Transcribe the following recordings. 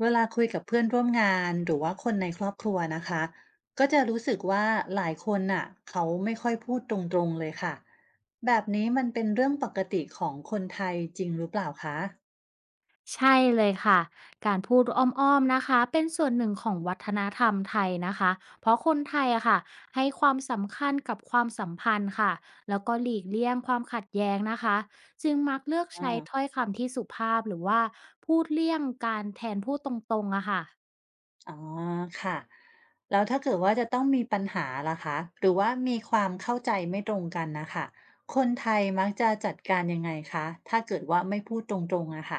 เวลาคุยกับเพื่อนร่วมงานหรือว่าคนในครอบครัวนะคะก็จะรู้สึกว่าหลายคนน่ะเขาไม่ค่อยพูดตรงๆเลยค่ะแบบนี้มันเป็นเรื่องปกติของคนไทยจริงหรือเปล่าคะใช่เลยค่ะ การพูดอ้อมๆนะคะ เป็นส่วนหนึ่งของวัฒนธรรมไทยนะคะ เพราะคนไทยอะค่ะให้ความสำคัญกับความสัมพันธ์ค่ะ แล้วก็หลีกเลี่ยงความขัดแย้งนะคะ จึงมักเลือกใช้ถ้ออ่ายคำที่สุภาพหรือว่าพูดเลี่ยงการแทนพูดตรงๆอะค่ะ อ๋อค่ะแล้วถ้าเกิดว่าจะต้องมีปัญหาล่ะคะหรือว่ามีความเข้าใจไม่ตรงกันนะคะคนไทยมักจะจัดการยังไงคะถ้าเกิดว่าไม่พูดตรงๆอะค่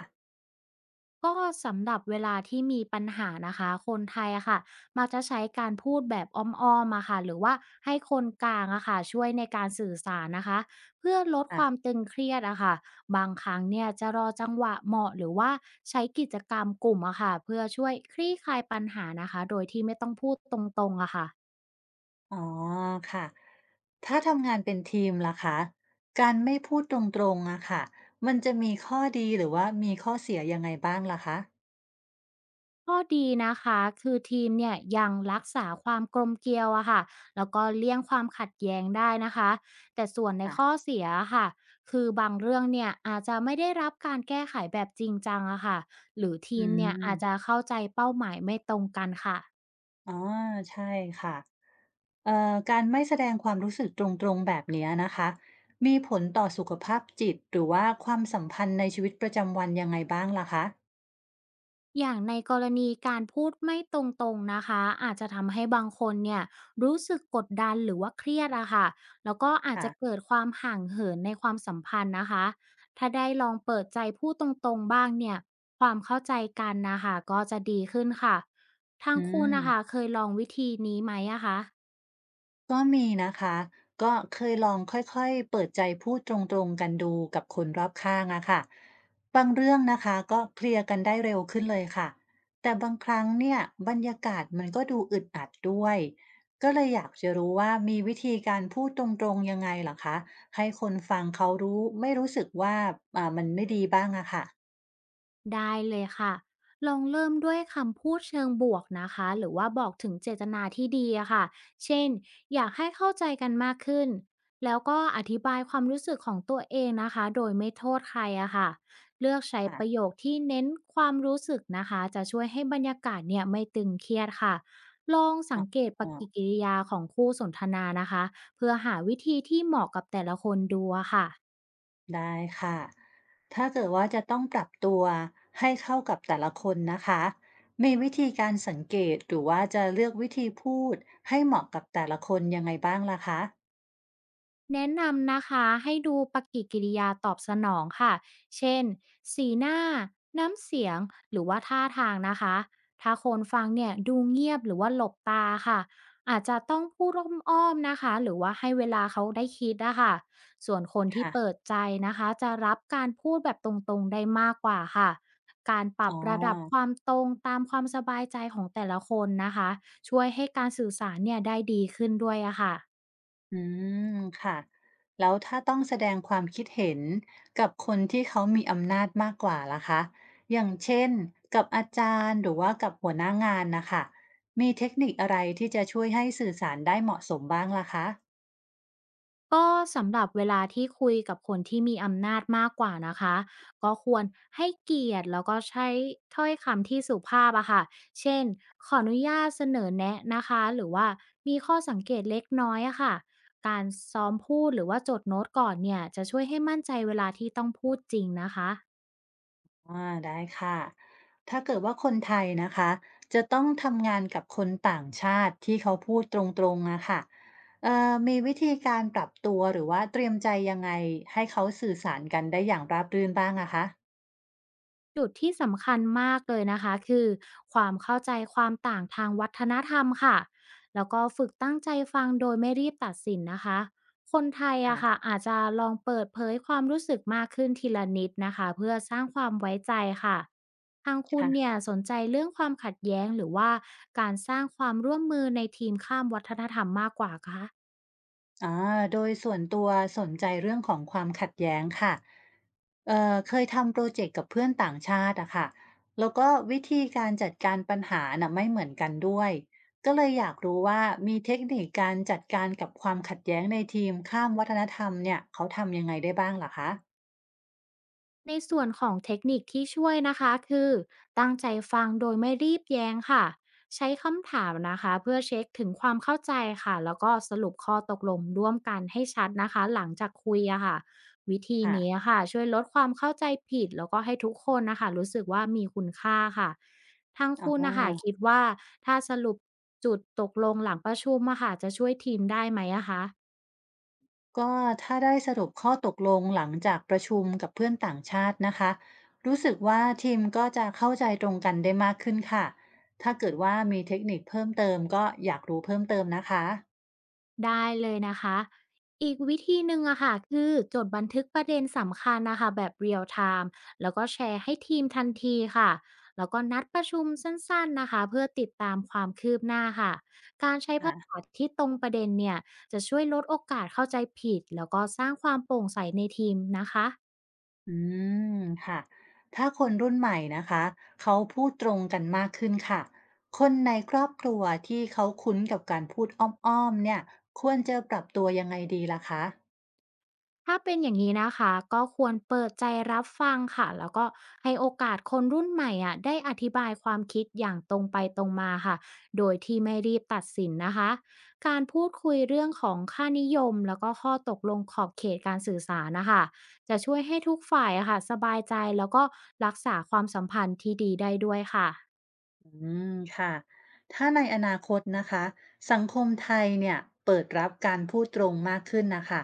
ก็สำหรับเวลาที่มีปัญหานะคะคนไทยอะค่ะมักจะใช้การพูดแบบอ้อมๆอะค่ะหรือว่าให้คนกลางอะค่ะช่วยในการสื่อสารนะคะเพื่อลดคะ วามตึงเครียดอะค่ะบางครั้งเนี่ยจะรอจังหวะเหมาะหรือว่าใช้กิจกรรมกลุ่มอะค่ะเพื่อช่วยคลี่คลายปัญหานะคะโดยที่ไม่ต้องพูดตรงๆอะค่ะ อ๋อค่ะถ้าทำงานเป็นทีมล่ะคะการไม่พูดตรงๆอะค่ะมันจะมีข้อดีหรือว่ามีข้อเสียยังไงบ้างล่ะคะข้อดีนะคะคือทีมเนี่ยยังรักษาความกลมเกลียวอะค่ะแล้วก็เลี่ยงความขัดแย้งได้นะคะแต่ส่วนในข้อค่ะเสียอะค่ะคือบางเรื่องเนี่ยอาจจะไม่ได้รับการแก้ไขแบบจริงจังอะค่ะหรือทีอืมเนี่ยมอาจจะเข้าใจเป้าหมายไม่ตรงกันค่ะ อ๋อใช่ค่ะการไม่แสดงความรู้สึกตรงๆแบบเนี้ยนะคะมีผลต่อสุขภาพจิตหรือว่าความสัมพันธ์ในชีวิตประจำวันยังไงบ้างล่ะคะอย่างในกรณีการพูดไม่ตรงๆนะคะอาจจะทำให้บางคนเนี่ยรู้สึกกดดันหรือว่าเครียดอะค่ะแล้วก็อาจจะค่ะเกิดความห่างเหินในความสัมพันธ์นะคะถ้าได้ลองเปิดใจพูดตรงๆบ้างเนี่ยความเข้าใจกันนะคะก็จะดีขึ้นค่ะทางอืคุณนะคะม เคยลองวิธีนี้ไหมอะคะ ก็มีนะคะก็เคยลองค่อยๆเปิดใจพูดตรงๆกันดูกับคนรอบข้างอะค่ะบางเรื่องนะคะก็เคลียร์กันได้เร็วขึ้นเลยค่ะแต่บางครั้งเนี่ยบรรยากาศมันก็ดูอึดอัดด้วยก็เลยอยากจะรู้ว่ามีวิธีการพูดตรงๆยังไงเหรอคะให้คนฟังเขารู้ไม่รู้สึกว่ามันไม่ดีบ้างอะค่ะได้เลยค่ะลองเริ่มด้วยคำพูดเชิงบวกนะคะ หรือว่าบอกถึงเจตนาที่ดีอะค่ะเช่นอยากให้เข้าใจกันมากขึ้นแล้วก็อธิบายความรู้สึกของตัวเองนะคะโดยไม่โทษใครอะค่ะเลือกใช้ประค่ะ โยคที่เน้นความรู้สึกนะคะ จะช่วยให้บรรยากาศเนี่ยไม่ตึงเครียดค่ะ ลองสังเกตปฏิกิริยาของคู่สนทนานะคะเพื่อหาวิธีที่เหมาะกับแต่ละคนดูอะค่ะ ได้ค่ะ ถ้าเกิดว่าจะต้องปรับตัวให้เข้ากับแต่ละคนนะคะ มีวิธีการสังเกตหรือว่าจะเลือกวิธีพูดให้เหมาะกับแต่ละคนยังไงบ้างล่ะคะแนะนำนะคะให้ดูปฏิกิริยาตอบสนองค่ะเช่นสีหน้าน้ำเสียงหรือว่าท่าทางนะคะถ้าคนฟังเนี่ยดูเงียบหรือว่าหลบตาค่ะอาจจะต้องพูดอ้อมๆนะคะหรือว่าให้เวลาเขาได้คิดนะคะส่วนคนที่ค่ะเปิดใจนะคะจะรับการพูดแบบตรงๆได้มากกว่าค่ะการปรัอ๋อบระดับความตรงตามความสบายใจของแต่ละคนนะคะช่วยให้การสื่อสารเนี่ยได้ดีขึ้นด้วยอะค่ะ อืมค่ะแล้วถ้าต้องแสดงความคิดเห็นกับคนที่เขามีอำนาจมากกว่าล่ะคะ อย่างเช่นกับอาจารย์หรือว่ากับหัวหน้างานนะคะมีเทคนิคอะไรที่จะช่วยให้สื่อสารได้เหมาะสมบ้างล่ะคะ ก็สำหรับเวลาที่คุยกับคนที่มีอำนาจมากกว่านะคะก็ควรให้เกียรติแล้วก็ใช้ถ้อยคำที่สุภาพอะค่ะเช่นขออนุญาตเสนอแนะนะคะหรือว่ามีข้อสังเกตเล็กน้อยอะค่ะการซ้อมพูดหรือว่าจดโน้ตก่อนเนี่ยจะช่วยให้มั่นใจเวลาที่ต้องพูดจริงนะคะ อ่าได้ค่ะ ถ้าเกิดว่าคนไทยนะคะจะต้องทำงานกับคนต่างชาติที่เขาพูดตรงๆอะค่ะเอ่อมีวิธีการปรับตัวหรือว่าเตรียมใจยังไงให้เขาสื่อสารกันได้อย่างราบรื่นบ้างอะคะจุดที่สำคัญมากเลยนะคะคือความเข้าใจความต่างทางวัฒนธรรมค่ะแล้วก็ฝึกตั้งใจฟังโดยไม่รีบตัดสินนะคะคนไทยอะค่ะคอาจจะลองเปิดเผยความรู้สึกมากขึ้นทีละนิดนะคะเพื่อสร้างความไว้ใจค่ะทางคุณ่ะ เนี่ยสนใจเรื่องความขัดแย้งหรือว่าการสร้างความร่วมมือในทีมข้ามวัฒนธรรมมากกว่าคะ อาโดยส่วนตัวสนใจเรื่องของความขัดแย้งค่ะเคยทำโปรเจกต์กับเพื่อนต่างชาติอะค่ะแล้วก็วิธีการจัดการปัญหาน่ะไม่เหมือนกันด้วย ก็เลยอยากรู้ว่ามีเทคนิคการจัดการกับความขัดแย้งในทีมข้ามวัฒนธรรมเนี่ยเขาทำยังไงได้บ้างเหรอคะในส่วนของเทคนิคที่ช่วยนะคะคือตั้งใจฟังโดยไม่รีบแย้งค่ะใช้คำถามนะคะเพื่อเช็คถึงความเข้าใจค่ะแล้วก็สรุปข้อตกลงร่วมกันให้ชัดนะคะหลังจากคุยอะค่ะวิธีนี้ค่ะค่ะช่วยลดความเข้าใจผิดแล้วก็ให้ทุกคนนะคะรู้สึกว่ามีคุณค่าค่ะทางอ๋คุณนะคะอ คิดว่าถ้าสรุปจุดตกลงหลังประชุมอะค่ะจะช่วยทีมได้ไหมอะคะ ก็ถ้าได้สรุปข้อตกลงหลังจากประชุมกับเพื่อนต่างชาตินะคะรู้สึกว่าทีมก็จะเข้าใจตรงกันได้มากขึ้นค่ะถ้าเกิดว่ามีเทคนิคเพิ่มเติมก็อยากรู้เพิ่มเติมนะคะได้เลยนะคะ อีกวิธีหนึ่งอะค่ะคือจดบันทึกประเด็นสำคัญนะคะแบบเรียลไทม์แล้วก็แชร์ให้ทีมทันทีค่ะแล้วก็นัดประชุมสั้นๆนะคะเพื่อติดตามความคืบหน้าค่ะการใช้ภาษาค่ะที่ตรงประเด็นเนี่ยจะช่วยลดโอกาสเข้าใจผิดแล้วก็สร้างความโปร่งใสในทีมนะคะ อืมค่ะถ้าคนรุ่นใหม่นะคะเขาพูดตรงกันมากขึ้นค่ะคนในครอบครัวที่เขาคุ้นกับการพูดอ้อมๆเนี่ยควรจะปรับตัวยังไงดีล่ะคะ ถ้าเป็นอย่างนี้นะคะก็ควรเปิดใจรับฟังค่ะแล้วก็ให้โอกาสคนรุ่นใหม่อ่ะได้อธิบายความคิดอย่างตรงไปตรงมาค่ะโดยที่ไม่รีบตัดสินนะคะการพูดคุยเรื่องของค่านิยมแล้วก็ข้อตกลงขอบเขตการสื่อสารนะคะจะช่วยให้ทุกฝ่ายอะค่ะสบายใจแล้วก็รักษาความสัมพันธ์ที่ดีได้ด้วยค่ะ อืมค่ะถ้าในอนาคตนะคะสังคมไทยเนี่ยเปิดรับการพูดตรงมากขึ้นนะคะ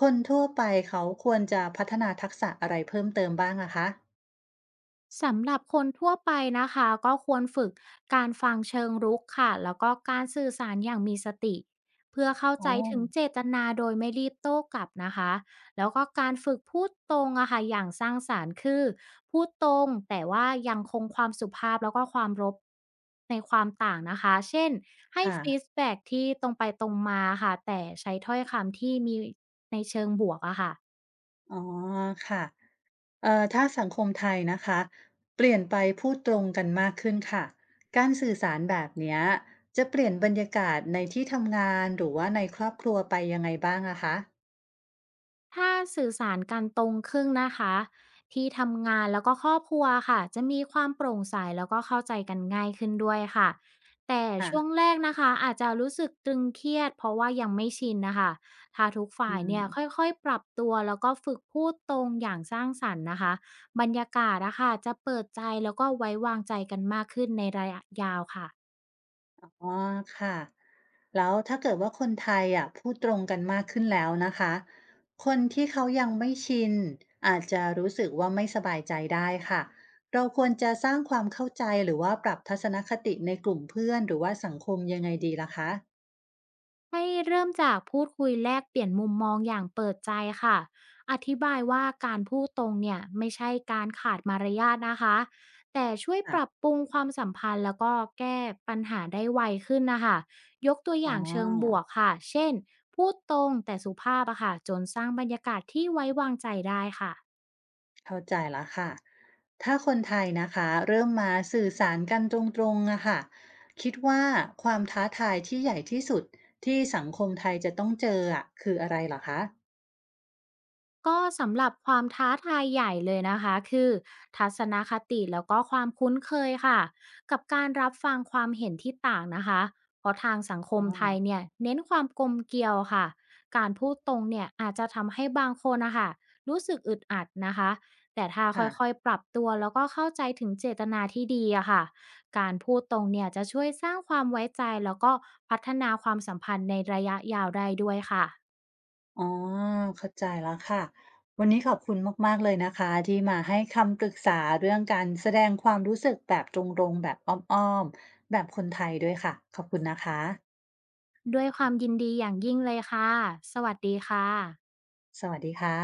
คนทั่วไปเขาควรจะพัฒนาทักษะอะไรเพิ่มเติมบ้างอะคะสำหรับคนทั่วไปนะคะก็ควรฝึกการฟังเชิงรุกค่ะแล้วก็การสื่อสารอย่างมีสติเพื่อเข้าอ๋อใจถึงเจตนาโดยไม่รีบโต้กลับนะคะแล้วก็การฝึกพูดตรงอะค่ะอย่างสร้างสารรค์คือพูดตรงแต่ว่ายังคงความสุภาพแล้วก็ความรบในความต่างนะคะเช่นให้ค่ะฟีดแบ็กที่ตรงไปตรงมาค่ะแต่ใช้ถ้อยคำที่มีในเชิงบวกอะค่ะ อ๋อค่ะถ้าสังคมไทยนะคะเปลี่ยนไปพูดตรงกันมากขึ้นค่ะการสื่อสารแบบเนี้ยจะเปลี่ยนบรรยากาศในที่ทำงานหรือว่าในครอบครัวไปยังไงบ้างอะคะถ้าสื่อสารกันตรงครึ่งนะคะที่ทำงานแล้วก็ครอบครัวค่ะจะมีความโปร่งใสแล้วก็เข้าใจกันง่ายขึ้นด้วยค่ะแต่ช่วงค่ะแรกนะคะอาจจะรู้สึกตึงเครียดเพราะว่ายังไม่ชินนะคะถ้าทุกอืฝ่ายม เนี่ยค่อยๆปรับตัวแล้วก็ฝึกพูดตรงอย่างสร้างสรรค์นะคะบรรยากาศนะคะจะเปิดใจแล้วก็ไว้วางใจกันมากขึ้นในระยะยาวค่ะ อ๋อค่ะแล้วถ้าเกิดว่าคนไทยอะพูดตรงกันมากขึ้นแล้วนะคะคนที่เขายังไม่ชินอาจจะรู้สึกว่าไม่สบายใจได้ค่ะเราควรจะสร้างความเข้าใจหรือว่าปรับทัศนคติในกลุ่มเพื่อนหรือว่าสังคมยังไงดีล่ะคะให้เริ่มจากพูดคุยแลกเปลี่ยนมุมมองอย่างเปิดใจค่ะ อธิบายว่าการพูดตรงเนี่ยไม่ใช่การขาดมารยาทนะคะ แต่ช่วยปรับค่ะปรุงความสัมพันธ์แล้วก็แก้ปัญหาได้ไวขึ้นนะคะ ยกตัวออ๋อย่างเชิงบวกค่ะ เช่น พูดตรงแต่สุภาพอะค่ะ จนสร้างบรรยากาศที่ไว้วางใจได้ค่ะ เข้าใจแล้วค่ะถ้าคนไทยนะคะเริ่มมาสื่อสารกันตรงๆอะค่ะคิดว่าความท้าทายที่ใหญ่ที่สุดที่สังคมไทยจะต้องเจออะคืออะไรเหรอคะ ก็สำหรับความท้าทายใหญ่เลยนะคะคือทัศนคติแล้วก็ความคุ้นเคยค่ะกับการรับฟังความเห็นที่ต่างนะคะเพราะทางสังคอ๋มอไทยเนี่ยเน้นความกลมเกลียวค่ะการพูดตรงเนี่ยอาจจะทำให้บางคนนะคะรู้สึกอึดอัดนะคะแต่ถ้าค่ะค่อยๆปรับตัวแล้วก็เข้าใจถึงเจตนาที่ดีอะค่ะการพูดตรงเนี่ยจะช่วยสร้างความไว้ใจแล้วก็พัฒนาความสัมพันธ์ในระยะยาวได้ด้วยค่ะ อ๋อ เข้าใจแล้วค่ะ วันนี้ขอบคุณมากๆเลยนะคะที่มาให้คำปรึกษาเรื่องการแสดงความรู้สึกแบบตรงๆแบบอ้อมๆแบบคนไทยด้วยค่ะ ขอบคุณนะคะ ด้วยความยินดีอย่างยิ่งเลยค่ะ สวัสดีค่ะสวัสดีค่ะ